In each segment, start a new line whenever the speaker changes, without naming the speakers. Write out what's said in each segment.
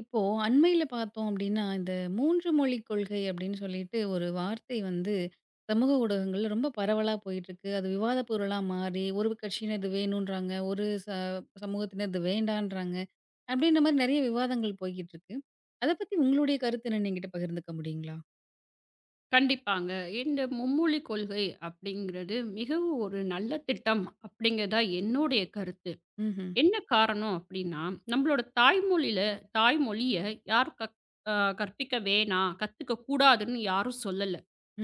இப்போ அண்மையில பார்த்தோம் அப்படின்னா, இந்த 3 மொழிக் கொள்கை அப்படின்னு சொல்லிட்டு ஒரு வார்த்தை வந்து சமூக ஊடகங்கள்ல ரொம்ப பரவலா போயிட்டுருக்கு. அது விவாத பொருளா மாறி, ஒரு கட்சியினர் இது வேணுன்றாங்க, ஒரு சமூகத்தினர் இது வேண்டான்றாங்க. அப்படின்ற மாரி நெறைய விவாதங்கள் போய்க்கிட்டுருக்கு. அத பத்தி உங்களுடைய கருத்து என்னன்னு என்கிட்ட பகிர்ந்துக்க முடியுங்களா?
கண்டிப்பாங்க. இந்த மும்மொழி கொள்கை அப்படிங்கிறது மிகவும் ஒரு நல்ல திட்டம் அப்படிங்கிறதா என்னுடைய கருத்து.
ம்ஹ்ம்.
என்ன காரணம் அப்படின்னா, நம்மளோட தாய்மொழிய யாரும் கற் அ கற்பிக்க வேணாம், கத்துக்க கூடாதுன்னு யாரும் சொல்லல.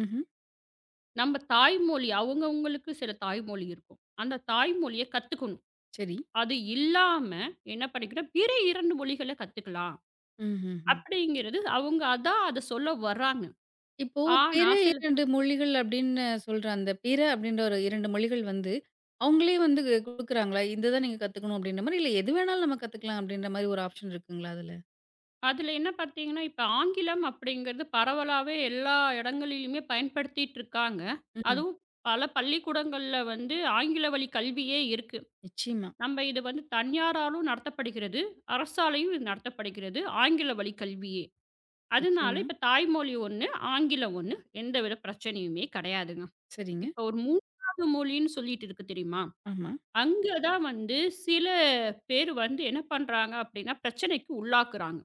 ம்ஹ்ம்.
நம்ம தாய்மொழி அவங்கவங்களுக்கு சில தாய்மொழி இருக்கும். அந்த தாய்மொழிய கத்துக்கணும்.
சரி.
அது இல்லாம என்ன பண்ணிக்கணும், பிற 2 மொழிகள கத்துக்கலாம்
ம்ஹ்ஹ்ம்.
அப்படிங்கிறது அவங்க அதான் அத சொல்ல வர்றாங்க.
இப்போ
ஆனா
பிற
சில
2 மொழிகள் அப்படின்னு சொல்ற அந்த பிற அப்படின்ற ஒரு 2 மொழிகள் வந்து, அவங்களே வந்து குடுக்குறாங்களா? இதுதான் நீங்க கத்துக்கணும் அப்படின்ற மாரி, இல்ல எது வேணாலும் நம்ம கத்துக்கலாம் அப்படின்ற மாரி ஒரு ஆப்ஷன் இருக்குங்களா அதுல?
அதில என்ன பார்த்தீங்கன்னா, இப்ப ஆங்கிலம் அப்படிங்கிறது பரவலாவே எல்லா இடங்களிலுமே பயன்படுத்திட்டு இருக்காங்க.
ம்.
அதுவும் பல பள்ளிக்கூடங்கள்ல வந்து ஆங்கில வழி கல்வியே இருக்கு.
நிச்சயமா,
நம்ம இது வந்து தனியாராலும் நடத்தப்படுகிறது. அரசாலயும் இது நடத்தப்படுகிறது. ஆங்கில வழி கல்வியே. அதனால
நிச்சயமா.
இப்ப தாய்மொழி ஒண்ணு, ஆங்கிலம் ஒண்ணு. எந்தவித பிரச்சனையுமே கிடையாதுங்க.
சரிங்க.
இப்ப ஒரு 3வது மொழின்னு சொல்லிட்டு இருக்கு தெரியுமா?
ஆமா.
அங்க தான் வந்து சில பேர் வந்து என்ன பண்றாங்க அப்படின்னா, பிரச்சனைக்கு உள்ளாக்குறாங்க.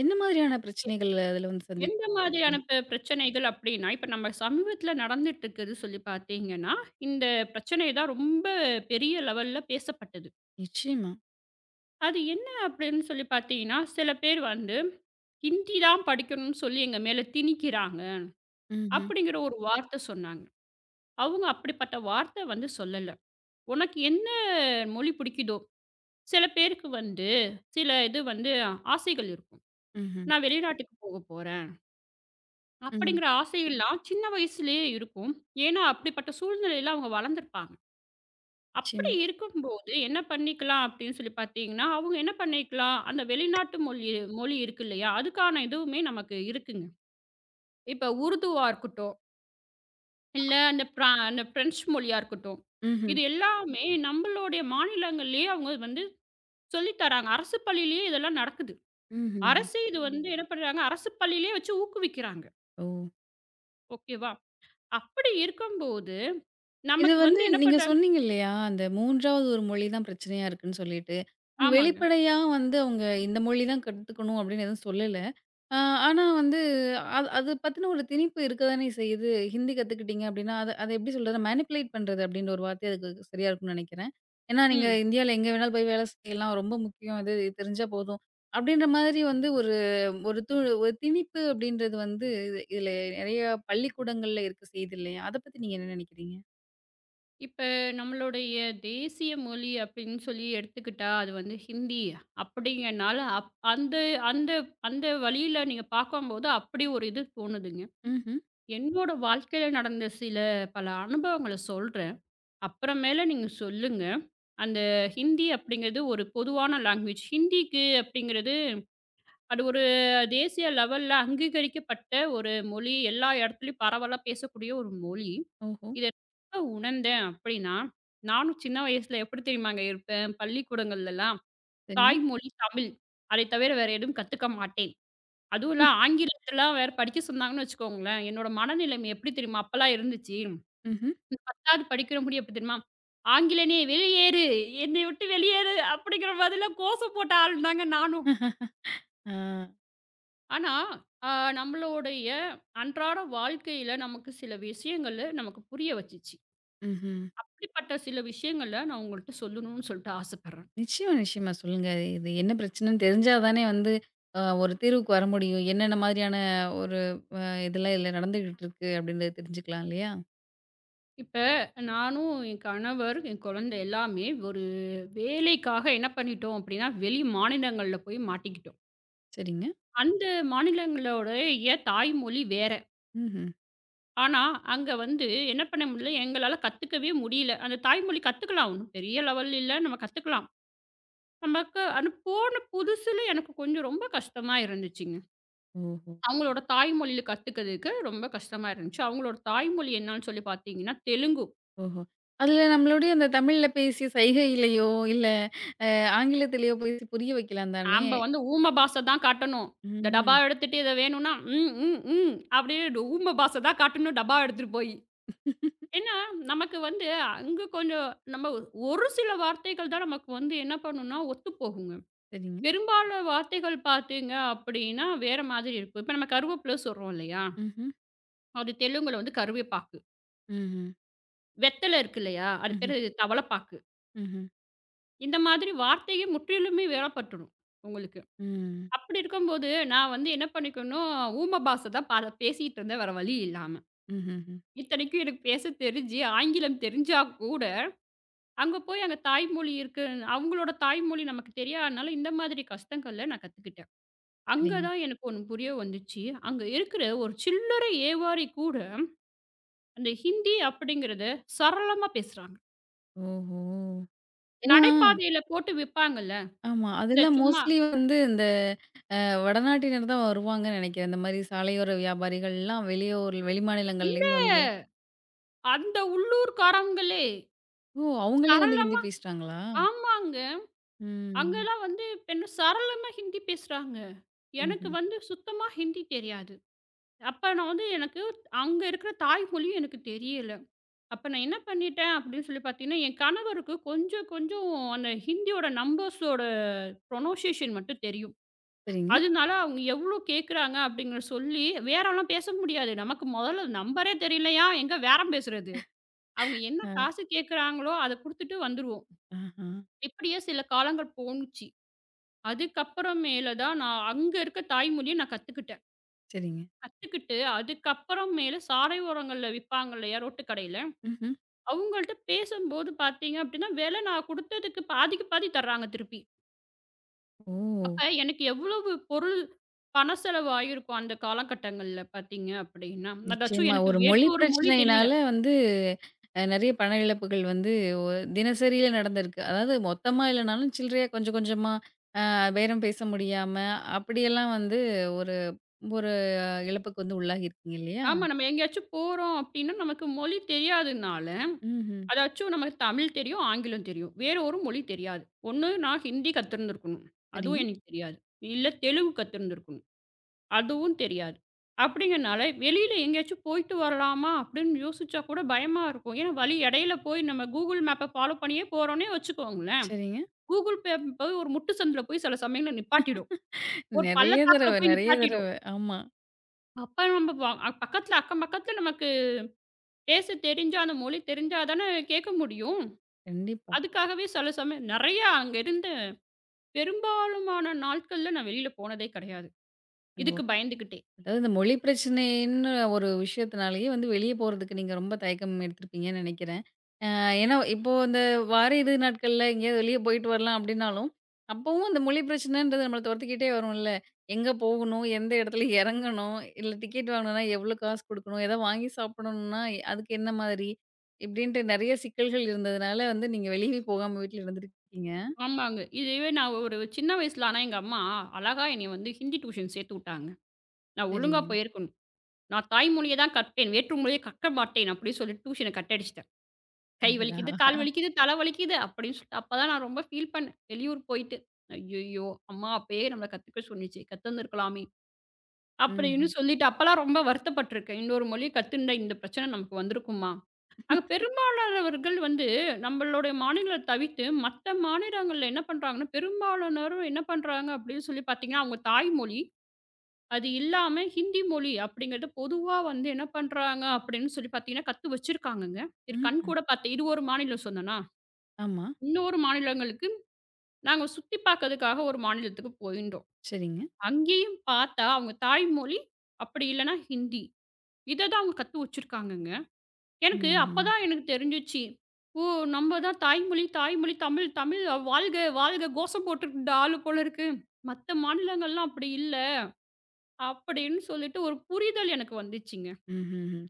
என்ன மாதிரியான பிரச்சனைகள் அதுல வந்து சந்திக்க
எந்த மாதிரியான பிரச்சனைகள் அப்டின்னா, இப்ப நம்ம சமீபத்தில நடந்துட்டு இருக்குது சொல்லி பார்த்தீங்கன்னா, இந்த பிரச்சனை தான் ரொம்ப பெரிய லெவல்ல பேசப்பட்டது.
நிச்சயமா.
அது என்ன அப்படின்னு சொல்லி பார்த்தீங்கன்னா, சில பேர் வந்து ஹிந்தி தான் படிக்கணும்னு சொல்லி எங்க மேல திணிக்கிறாங்க.
ம்ஹ்ம்.
அப்படிங்கிற ஒரு வார்த்தை சொன்னாங்க. அவங்க அப்படிப்பட்ட வார்த்தை வந்து சொல்லல. உனக்கு என்ன மொழி பிடிக்குதோ, சில பேருக்கு வந்து சில இது வந்து ஆசைகள் இருக்கும்.
ம்ஹ்ம்.
நான் வெளிநாட்டுக்கு போக போறேன்.
ம். ம்
அப்படிங்கிற ஆசையெல்லாம் சின்ன வயசுலயே இருக்கும். ஏன்னா, அப்படிப்பட்ட சூழ்நிலையில அவங்க வளர்ந்துருப்பாங்க. அப்படி
நிச்சயமா.
இருக்கும்போது என்ன பண்ணிக்கலாம் அப்படின்னு சொல்லி பார்த்தீங்கன்னா, அவங்க என்ன பண்ணிக்கலாம், அந்த வெளிநாட்டு மொழி மொழி இருக்கு இல்லையா? அதுக்கான இதுவுமே நமக்கு இருக்குங்க. இப்ப உருதுவா இருக்கட்டும், இல்ல அந்த பிரெஞ்சு மொழியா இருக்கட்டும்.
ம்ஹ்ம்.
இது எல்லாமே நம்பளுடைய மாநிலங்கள்லயே அவங்க வந்து சொல்லி தராங்க. அரசு பள்ளியிலயே இதெல்லாம் நடக்குது.
ம்ஹ்ம்.
அரசு இது வந்து என்ன பண்றாங்க, அரசு பள்ளியிலயே வச்சு ஊக்குவிக்கிறாங்க.
ஓ!
ஓகேவா? அப்படி இருக்கும்போது,
இது
நமக்கு
வந்து
வந்து என்ன
நீங்க
பண்றாங்க
சொன்னீங்க இல்லையா? அந்த 3வது ஒரு மொழி தான் பிரச்சனையா இருக்குன்னு சொல்லிட்டு. அது
ஆமாங்க.
வெளிப்படையா வந்து அவங்க இந்த மொழி தான் கத்துக்கணும் அப்படின்னு எதுவும் சொல்லல. அ ஆனா வந்து அது அது பத்தின ஒரு திணிப்பு இருக்க தானே செய்யுது. ஹிந்தி கத்துக்கிட்டீங்க அப்படின்னா, அத அத எப்படி சொல்றது? மேனிப்புலேட் பண்றது அப்படின்ற ஒரு வார்த்தை அதுக்கு சரியா இருக்கும்னு நெனைக்கிறேன். ஏன்னா நீங்க
ம்.
இந்தியால எங்க வேணாலும் போய் வேலை செய்யலாம். ரொம்ப முக்கியம் இது இது தெரிஞ்சா போதும். அப்படின்ற மாதிரி வந்து ஒரு ஒரு து ஒரு திணிப்பு அப்படின்றது வந்து, இதுல நெறைய பள்ளிக்கூடங்கள்ல இருக்க செய்யுது இல்லையா? அத பத்தி நீங்க என்ன நெனைக்கிறீங்க?
இப்ப நம்மளுடைய தேசிய மொழி அப்படின்னு சொல்லி எடுத்துக்கிட்டா, அது வந்து ஹிந்தி அப்படிங்கனால, அப் அந்த அந்த அந்த வழியில நீங்க பார்க்கும்போது அப்படி ஒரு இது தோணுதுங்க.
ம்ஹ்ம்.
என்னோட வாழ்க்கையில நடந்த சில பல அனுபவங்கள சொல்றேன். அப்புறமேல நீங்க சொல்லுங்க. அந்த ஹிந்தி அப்படிங்கிறது ஒரு பொதுவான லாங்குவேஜ். ஹிந்திக்கு அப்படிங்கிறது அது ஒரு தேசிய லெவல்ல அங்கீகரிக்கப்பட்ட ஒரு மொழி. எல்லா இடத்துலயும் பரவலா பேசக்கூடிய ஒரு மொழி.
ஓஹோ!
இத எப்ப உணர்ந்தேன் அப்டின்னா, நானும் சின்ன வயசுல எப்படி தெரியுமாங்க இருப்பேன்? பள்ளிக்கூடங்கள்லலாம்
சரிங்க.
தாய்மொழி தமிழ். அதை தவிர வேற எதுவும் கத்துக்க மாட்டேன். அதுவும்லாம் ஆங்கிலத்தலாம் வேற படிக்க சொன்னாங்கன்னு வச்சுக்கோங்களேன், என்னோட மனநிலைமை எப்படி தெரியுமா அப்பலாம் இருந்துச்சு?
ம்ஹ்ம்.
இந்த 10வது படிக்கிற முடியும் எப்படி தெரியுமா? "ஆங்கிலனே வெளியேறு! என்னை விட்டு வெளியேறு!" அப்படிங்கிற மாதிரிலாம் கோசம் போட்ட ஆளுதாங்க நானும்.
ஆ,
ஆனா, அ நம்மளுடைய அன்றாட வாழ்க்கையில நமக்கு சில விஷயங்கள நமக்கு புரிய வச்சுச்சு.
ம்ஹ்ம்.
அப்படிப்பட்ட சில விஷயங்கள நான் உங்கள்ட்ட சொல்லணும்னு சொல்லிட்டு ஆசைப்படுறேன்.
நிச்சயமா, நிச்சயமா. சொல்லுங்க. இது என்ன பிரச்சனைன்னு தெரிஞ்சா தானே வந்து ஒரு தீர்வுக்கு வர முடியும். என்னென்ன மாதிரியான ஒரு அ இதெல்லாம் இதுல நடந்துகிட்டு இருக்கு அப்படின்றத தெரிஞ்சுக்கலாம் இல்லையா?
இப்ப நானும், என் கணவர், என் குழந்தை எல்லாமே ஒரு வேலைக்காக என்ன பண்ணிட்டோம் அப்படின்னா, வெளி மாநிலங்கள்ல போய் மாட்டிக்கிட்டோம்.
சரிங்க.
அந்த மாநிலங்களோடைய தாய்மொழி வேற.
ம்ஹ்ம்.
ஆனா, அங்க வந்து என்ன பண்ண முடியல, எங்களால கத்துக்கவே முடியல. அந்த தாய்மொழி கத்துக்கலாம். ஒண்ணும் பெரிய லெவல் இல்ல. நம்ம கத்துக்கலாம். நமக்கு அது போன புதுசுல எனக்கு கொஞ்சம் ரொம்ப கஷ்டமா இருந்துச்சுங்க.
ஓஹோ!
அவங்களோட தாய்மொழியில கத்துக்கிறதுக்கு ரொம்ப கஷ்டமா இருந்துச்சு. அவங்களோட தாய்மொழி என்னன்னு சொல்லி பார்த்தீங்கன்னா, தெலுங்கு.
ஓஹோ! அதுல நம்மளுடைய அந்த தமிழ்ல பேசி சைகையிலயோ, இல்ல அ ஆங்கிலத்திலயோ பேசி புரிய வைக்கலாம் தானே?
நாம்ப வந்து ஊம பாஷை தான் காட்டணும். இந்த டப்பா
ம்ஹ்ம்.
எடுத்துட்டு இத வேணும்னா, ம், ம், ம் அப்படின்னு இந்த ஊம பாஷை தான் காட்டணும் டப்பா எடுத்துட்டு போய். ஏன்னா, நமக்கு வந்து அங்க கொஞ்சம் நம்ம ஒரு சில வார்த்தைகள் தான் நமக்கு வந்து என்ன பண்ணும்னா, ஒத்துப்போகுங்க.
சரிங்க.
பெரும்பாலான வார்த்தைகள் பார்த்தீங்க அப்படின்னா, வேற மாதிரி இருக்கும். இப்ப நம்ம கருவேப்பிலை சொல்றோம் இல்லையா?
ம்ஹ்ம்.
அது தெலுங்குல வந்து கருவேப்பா.
ம்ஹ்ம்.
வெத்தல இருக்கு இல்லையா? அது
ம்ஹ்ம்.
பேரு தவளப்பாக்கு.
ம்ஹ்ம்.
இந்த மாதிரி வார்த்தையே முற்றிலுமே வேறப்பட்டுரும் உங்களுக்கு.
ம்.
அப்படி இருக்கும்போது, நான் வந்து என்ன பண்ணிக்கணும், ஊம பாஷ தான் பேசிட்டு இருந்தேன் வேற வழி இல்லாம.
ம்ஹ்ம்.
இத்தனைக்கும் எனக்கு பேச தெரிஞ்சு, ஆங்கிலம் தெரிஞ்சா கூட, அங்க போய் அங்க தாய்மொழி இருக்கு, அவங்களோட தாய்மொழி நமக்கு தெரியாதனால இந்த மாதிரி கஷ்டங்கள்ல நான் கத்துக்கிட்டேன். அங்க
சரிங்க.
தான் எனக்கு ஒண்ணு புரிய வந்துச்சு. அங்க இருக்கிற ஒரு சில்லறை ஏவாரி கூட, அந்த ஹிந்தி அப்படிங்கிறத சரளமா பேசுறாங்க.
ஓஹோ! ஏன்னா
நடைபாதையில போட்டு விப்பாங்கல்ல,
ஆமா.
இந்த
அதெல்லாம்
சும்மா
மோஸ்ட்லி வந்து இந்த வடநாட்டினர் தான் வருவாங்கன்னு நினைக்கிறேன். இந்த மாரி சாலையோர வியாபாரிகள்லாம் வெளியூர்
இல்ல.
வெளிமாநிலங்கள்லேருந்து வந்து
அந்த உள்ளூர்காரங்களே
ஓ! அவங்களே வந்து ஹிந்தி
சரளமா
பேசுறாங்களா?
ஆமாங்க.
ம்.
அங்கலாம் வந்து என்ன சரளமா ஹிந்தி பேசுறாங்க. எனக்கு
ம்ஹ்ம்.
வந்து சுத்தமா ஹிந்தி தெரியாது. அப்ப நான் வந்து எனக்கு அங்க இருக்கிற தாய்மொழியும் எனக்கு தெரியல. அப்ப நான் என்ன பண்ணிட்டேன் அப்படின்னு சொல்லி பார்த்தீங்கன்னா, என் கணவருக்கு கொஞ்சம் கொஞ்சம் அந்த ஹிந்தியோட நம்பர்ஸோட ப்ரொனன்சியேஷன் மட்டும் தெரியும்.
சரிங்க.
அதனால அவங்க எவ்வளோ கேட்குறாங்க அப்படிங்கிற சொல்லி வேறலாம் பேச முடியாது. நமக்கு முதல்ல நம்பரே தெரியலையா, எங்க பேரம் பேசுறது? அவங்க என்ன
அ
காசு கேட்குறாங்களோ அத குடுத்துட்டு வந்துருவோம்.
ஆஹா.
இப்படியே சில காலங்கள் போணுச்சு. அதுக்கப்புறம் மேல தான் நான் அங்க இருக்க தாய்மொழிய நான் கத்துக்கிட்டேன்.
சரிங்க.
கத்துக்கிட்டு அதுக்கப்புறம் மேல சாலை ஓரங்கள்ல விப்பாங்க இல்லையா ரோட்டு கடையில,
ம்ஹ்ம்.
அவங்கள்ட்ட பேசும்போது பார்த்தீங்க அப்படின்னா, விலை நான் குடுத்ததுக்கு பாதிக்கு பாதி தர்றாங்க திருப்பி.
ஓ!
அப்ப எனக்கு எவ்வளவு பொருள் பண செலவு ஆயிருக்கும் அந்த காலகட்டங்கள்ல பார்த்தீங்க அப்படின்னா, அதாச்சும்
நிச்சயமா.
எனக்கு
ஒரு மொழி
வேற்று ஒரு மொழி தெரியல.
பிரச்சனையினால வந்து நெறைய பண இழப்புகள் வந்து ஒ தினசரியில நடந்திருக்கு. அதாவது மொத்தமா இல்லனாலும் சில்லறையா கொஞ்சம் கொஞ்சமா பேரம் பேச முடியாம, அப்படியெல்லாம் வந்து ஒரு ஒரு இழப்புக்கு வந்து உள்ளாகியிருக்கீங்க இல்லையா?
ஆமா நம்ம எங்கேயாச்சும் போறோம் அப்படின்னா நமக்கு மொழி தெரியாதுனால
ம்ஹ்ம்.
அதாச்சும் நமக்கு தமிழ் தெரியும், ஆங்கிலம் தெரியும். வேற ஒரு மொழி தெரியாது. ஒண்ணு நான் ஹிந்தி கத்திருந்திருக்கணும்.
சரிங்க.
அதுவும் எனக்கு தெரியாது. இல்ல தெலுங்கு கத்திருந்திருக்கணும். அதுவும் தெரியாது. அப்படிங்கிறனால வெளியில எங்கேயாச்சும் போயிட்டு வரலாமா அப்படின்னு யோசிச்சா கூட பயமா இருக்கும். ஏன்னா வழி இடையில போய் நம்ம கூகுள் மேப்ப ஃபாலோ பண்ணியே போறோம்னே வச்சுக்கோங்களேன்.
சரிங்க.
கூகுள் மேப் போய் ஒரு முட்டு சந்துல போய் சில சமயங்கள்ல நிப்பாட்டிடும். ஒரு
நெறைய
பள்ளத்தாக்குல
தடவ,
போய்
நெறைய தடவ.
நிப்பாட்டிடும்.
ஆமா.
அப்ப நம்ம பக்கத்துல அக்கம் பக்கத்துல நமக்கு பேச தெரிஞ்சா, அந்த மொழி தெரிஞ்சா தானே கேட்க முடியும்.
கண்டிப்பா.
அதுக்காகவே சில சமயம் நெறையா அங்க இருந்து பெரும்பாலுமான நாட்கள்ல நான் வெளியில போனதே கிடையாது.
ஓ!
இதுக்கு பயந்துக்கிட்டே.
அதாவது இந்த மொழி பிரச்சனைன்னு ஒரு விஷயத்தினாலேயே வந்து வெளிய போறதுக்கு நீங்க ரொம்ப தயக்கம் எடுத்திருப்பீங்கன்னு நெனைக்கிறேன். ஏன்னா இப்போ இந்த வார இறுதி நாட்கள்ல எங்கேயாவது வெளிய போயிட்டு வரலாம் அப்டின்னாலும், அப்பவும் அந்த மொழி பிரச்சனைன்றது நம்மள தொரத்திக்கிட்டே வரும்ல. எங்க போகணும்? எந்த இடத்துல இறங்கணும்? இல்ல டிக்கெட் வாங்கணும்னா எவ்ளோ காசு குடுக்கணும்? எதாவது வாங்கி சாப்பிடணும்னா அதுக்கு என்ன மாதிரி? இப்டின்ட்டு நெறைய சிக்கல்கள் இருந்ததுனால வந்து நீங்க வெளியவே போகாம வீட்ல இருந்திருக்கீங்க.
ஆமாங்க. இதுவே நான் ஒரு சின்ன வயசுல ஆனா எங்க அம்மா அழகா என்னைய வந்து ஹிந்தி டியூஷன் சேர்த்து விட்டாங்க. நான் ஒழுங்கா
சரிங்க.
போயிருக்கணும். நான் தாய்மொழிய தான் கற்பேன். வேற்று மொழிய கற்க மாட்டேன் அப்படின்னு சொல்லிட்டு டியூஷன கட் அடிச்சுட்டேன். கை
அடடா!
வலிக்குது, கால் வலிக்குது, தலை வலிக்குது அப்படின்னு சொல்லிட்டு அப்பதான் நான் ரொம்ப ஃபீல் பண்ணேன். வெளியூர் போயிட்டு. ஐய்யய்யோ! அம்மா அப்பயே நம்மள கத்துக்க சொன்னுச்சு. கத்துந்திருக்கலாமே
ம்ஹ்ம்.
அப்படின்னு சொல்லிட்டு அப்பலாம் ரொம்ப வருத்தப்பட்டுருக்கேன். இன்னொரு மொழி கத்துருந்தா இந்த பிரச்சனை நமக்கு வந்திருக்குமா? அங்க பெரும்பாலானவர்கள் வந்து நம்மளுடைய மாநிலத்த தவிர்த்து, மத்த மாநிலங்கள்ல என்ன பண்றாங்கன்னா, பெரும்பாலானோரும் என்ன பண்றாங்க அப்படின்னு சொல்லி பார்த்தீங்கன்னா, அவங்க தாய்மொழி, அது இல்லாம ஹிந்தி மொழி அப்படிங்கிறது பொதுவா வந்து என்ன பண்றாங்க அப்படின்னு சொல்லி பார்த்தீங்கன்னா, கத்து வச்சிருக்காங்கங்க. இது
ம்ஹ்ம்.
கண்கூட பார்த்தேன். இது ஒரு மாநிலம் சொன்னேனா,
ஆமா.
இன்னொரு மாநிலங்களுக்கு நாங்க சுத்தி பார்க்கறதுக்காக ஒரு மாநிலத்துக்கு போயிருந்தோம்.
சரிங்க.
அங்கேயும் பார்த்தா அவங்க தாய்மொழி, அப்படி இல்லன்னா ஹிந்தி. இத தான் அவங்க கத்து வச்சிருக்காங்கங்க. எனக்கு
ம்ஹ்ம்.
அப்பதான் எனக்கு தெரிஞ்சுச்சு. ஓ! நம்ம தான் தாய்மொழி, தாய்மொழி தமிழ், தமிழ் வாழ்க வாழ்க கோஷம் போட்டுட்டு ஆளு போல இருக்கு. மத்த மாநிலங்கள்லாம் அப்படி இல்ல. அப்படின்னு சொல்லிட்டு ஒரு புரிதல் எனக்கு வந்துச்சுங்க.
ம்ஹ்ம்.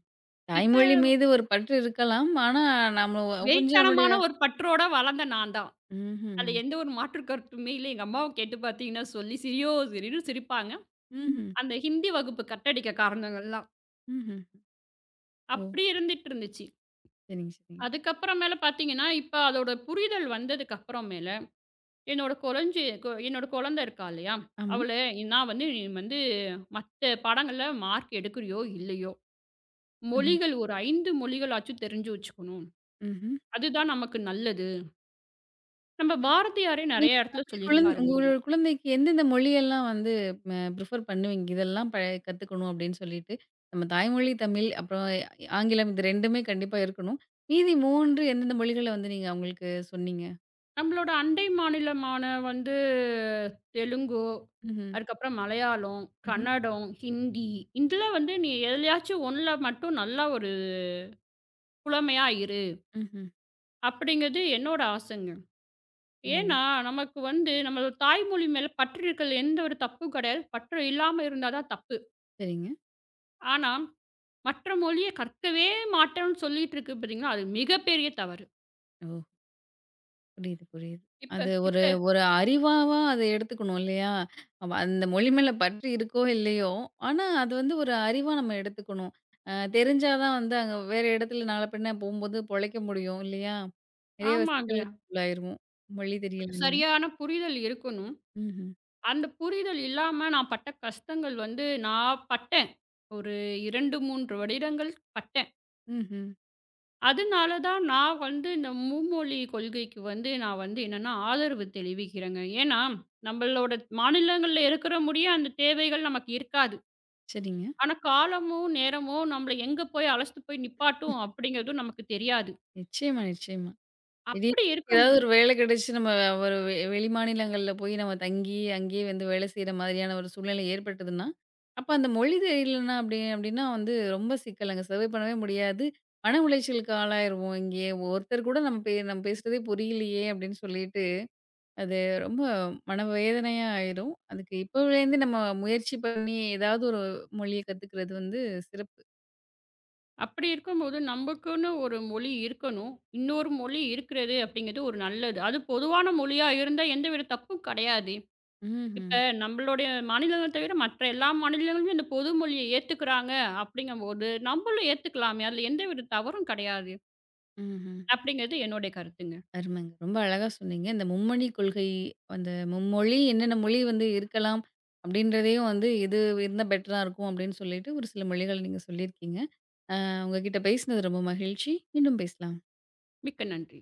இப்ப
தாய்மொழி மீது ஒரு பற்று இருக்கலாம். ஆனா, நம்ம கொஞ்சம் நம்மளுடைய
வெறித்தனமான ஒரு பற்றோட வளர்ந்த நான் தான்.
ம்ஹ்ம்.
அதுல எந்த ஒரு மாற்று கருத்துமே இல்ல. எங்க அம்மாவ கேட்டு பார்த்தீங்கன்னா சொல்லி சிரியோ சிரின்னு சிரிப்பாங்க.
ம்ஹ்ம்.
அந்த ஹிந்தி வகுப்பு கட்டடிக்க காரணங்கள்லாம்.
ம்ஹ்ம். ஓ!
அப்படி இருந்துட்டு இருந்துச்சு.
சரிங்க, சரிங்க.
அதுக்கப்புறம் மேல பார்த்தீங்கன்னா, இப்ப அதோட புரிதல் வந்ததுக்கு அப்புறம் மேல என்னோட கொறஞ்சு கொ என்னோட குழந்தை இருக்கா இல்லையா?
ஆமா.
அவள நான் வந்து நீ வந்து மத்த பாடங்கள்ல மார்க் எடுக்கிறியோ இல்லையோ,
ம்ஹ்ம்.
மொழிகள் ஒரு 5 மொழிகளாச்சும் தெரிஞ்சு வச்சுக்கணும்.
ம்ஹ்ம்.
அதுதான் நமக்கு நல்லது. நம்ம பாரதியாரே
நீங்க
நெறைய இடத்துல
அப்படி
சொல்லியிருப்பாருங்க.
உங்களோட குழந்தைக்கு எந்தெந்த மொழியெல்லாம் வந்து ப்ரிஃபர் பண்ணுவீங்க? இதெல்லாம் கத்துக்கணும் அப்படின்னு சொல்லிட்டு, நம்ம தாய்மொழி தமிழ், அப்புறம் ஆங்கிலம் இது 2மே கண்டிப்பா இருக்கணும். மீதி 3 எந்தெந்த மொழிகள வந்து நீங்க அவங்களுக்கு சொன்னீங்க?
நம்மளோட அண்டை மாநிலமான வந்து தெலுங்கு,
ம்ஹ்ம்.
அதுக்கப்புறம் மலையாளம்,
ம்ஹ்ம்.
கன்னடம், ஹிந்தி இதில வந்து நீ எதுலயாச்சும் ஒண்ணுல மட்டும் நல்லா ஒரு புலமையா இரு.
ம்ஹ்ம்.
அப்படிங்கிறது என்னோட ஆசைங்க.
ஓ!
ஏன்னா, நமக்கு வந்து நம்மளோட தாய்மொழி மேல பற்று இருக்கறதுல எந்த ஒரு தப்பும் கிடையாது. பற்று இல்லாம இருந்தா தான் தப்பு.
சரிங்க.
ஆனா, மற்ற மொழிய கற்கவே மாட்டோம்ன்னு சொல்லிட்டு இருக்கு பார்த்தீங்கன்னா, அது மிகப்பெரிய தவறு.
ஓ! புரியுது, புரியுது.
இப்ப
அது ஒரு
இப்ப
ஒரு அறிவாவா அத எடுத்துக்கணும் இல்லையா? அந்த மொழி மேல பற்று இருக்கோ இல்லையோ, ஆனா அது வந்து ஒரு அறிவா நம்ம எடுத்துக்கணும். தெரிஞ்சா தான் வந்து அங்க வேற இடத்துல நாள பின்ன போம்போது பொழைக்க முடியும் இல்லையா? நிறைய
ஆமாங்க.
சிக்கல்களுக்கு உள்ளாயிருவோம். மொழி
அது
தெரியலன்னா.
சரியான புரிதல் இருக்கணும்.
ம்ஹ்ம்.
அந்த புரிதல் இல்லாம நான் பட்ட கஷ்டங்கள் வந்து நான் பட்டேன். ஒரு 2, 3 வருடங்கள் பட்டேன்.
ம்ஹ்ம்.
அதனால தான் நான் வந்து இந்த மும்மொழி கொள்கைக்கு வந்து நான் வந்து என்னன்னா ஆதரவு தெரிவிக்கிறேங்க. ஏன்னா, நம்மளோட மாநிலங்கள்ல இருக்கிற முடிய அந்த தேவைகள் நமக்கு இருக்காது.
சரிங்க.
ஆனா, காலமும், நேரமும் நம்மள எங்க போய் அழைச்சிட்டு போய் நிப்பாட்டும் அப்படிங்கிறதும் நமக்கு தெரியாது.
நிச்சயமா, நிச்சயமா. திடீர்னு
அப்படி
ஏதாவது
இருக்கும்போது
ஒரு வேலை கிடைச்சு நம்ம ஒரு வெளி மாநிலங்கள்ல போய் நம்ம தங்கி, அங்கேயே வந்து வேலை செய்ற மாதிரியான ஒரு சூழ்நிலை ஏற்பட்டதுன்னா, அப்ப அந்த மொழி தெரியலன்னா அப்படி அப்படின்னா வந்து ரொம்ப சிக்கலுங்க. சர்வே பண்ணவே முடியாது. மன உளைச்சலுக்கு ஆளாயிருவோம் இங்கேயே. ஒருத்தர் கூட நம்ம பேசுறதே புரியலையே அப்படின்னு சொல்லிட்டு, அது ரொம்ப மனவேதனையா ஆயிரும். அதுக்கு இப்போலேருந்து நம்ம முயற்சி பண்ணி ஏதாவது ஒரு மொழிய கத்துக்கிறது வந்து சிறப்பு.
அப்படி இருக்கும்போது நமக்குன்னு ஒரு மொழி இருக்கணும். இன்னொரு மொழி இருக்கிறது அப்படிங்கிறது ஒரு நல்லது. அது பொதுவான மொழியா இருந்தா எந்தவித தப்பும் கிடையாது.
ம்ஹ்ம்.
இப்ப நம்மளுடைய மாநிலங்கள் தவிர மற்ற எல்லா மாநிலங்களுமே இந்த பொது மொழிய ஏத்துக்கிறாங்க அப்படிங்கும்போது, நம்மளும் ஏத்துக்கலாமே. அதுல எந்த ஒரு தவறும் கிடையாது.
ம்ஹ்ம்.
அப்படிங்கிறது என்னுடைய கருத்துங்க.
அருமைங்க. ரொம்ப அழகா சொன்னீங்க. இந்த மும்மொழி கொள்கை, அந்த மும்மொழி என்னென்ன மொழி வந்து இருக்கலாம் அப்படின்றதையும் வந்து, "இது இருந்தா பெட்டரா இருக்கும்" அப்படின்னு சொல்லிட்டு ஒரு சில மொழிகள் நீங்க சொல்லியிருக்கீங்க. உங்ககிட்ட பேசினது ரொம்ப மகிழ்ச்சி. மீண்டும் பேசலாம்.
மிக்க நன்றி.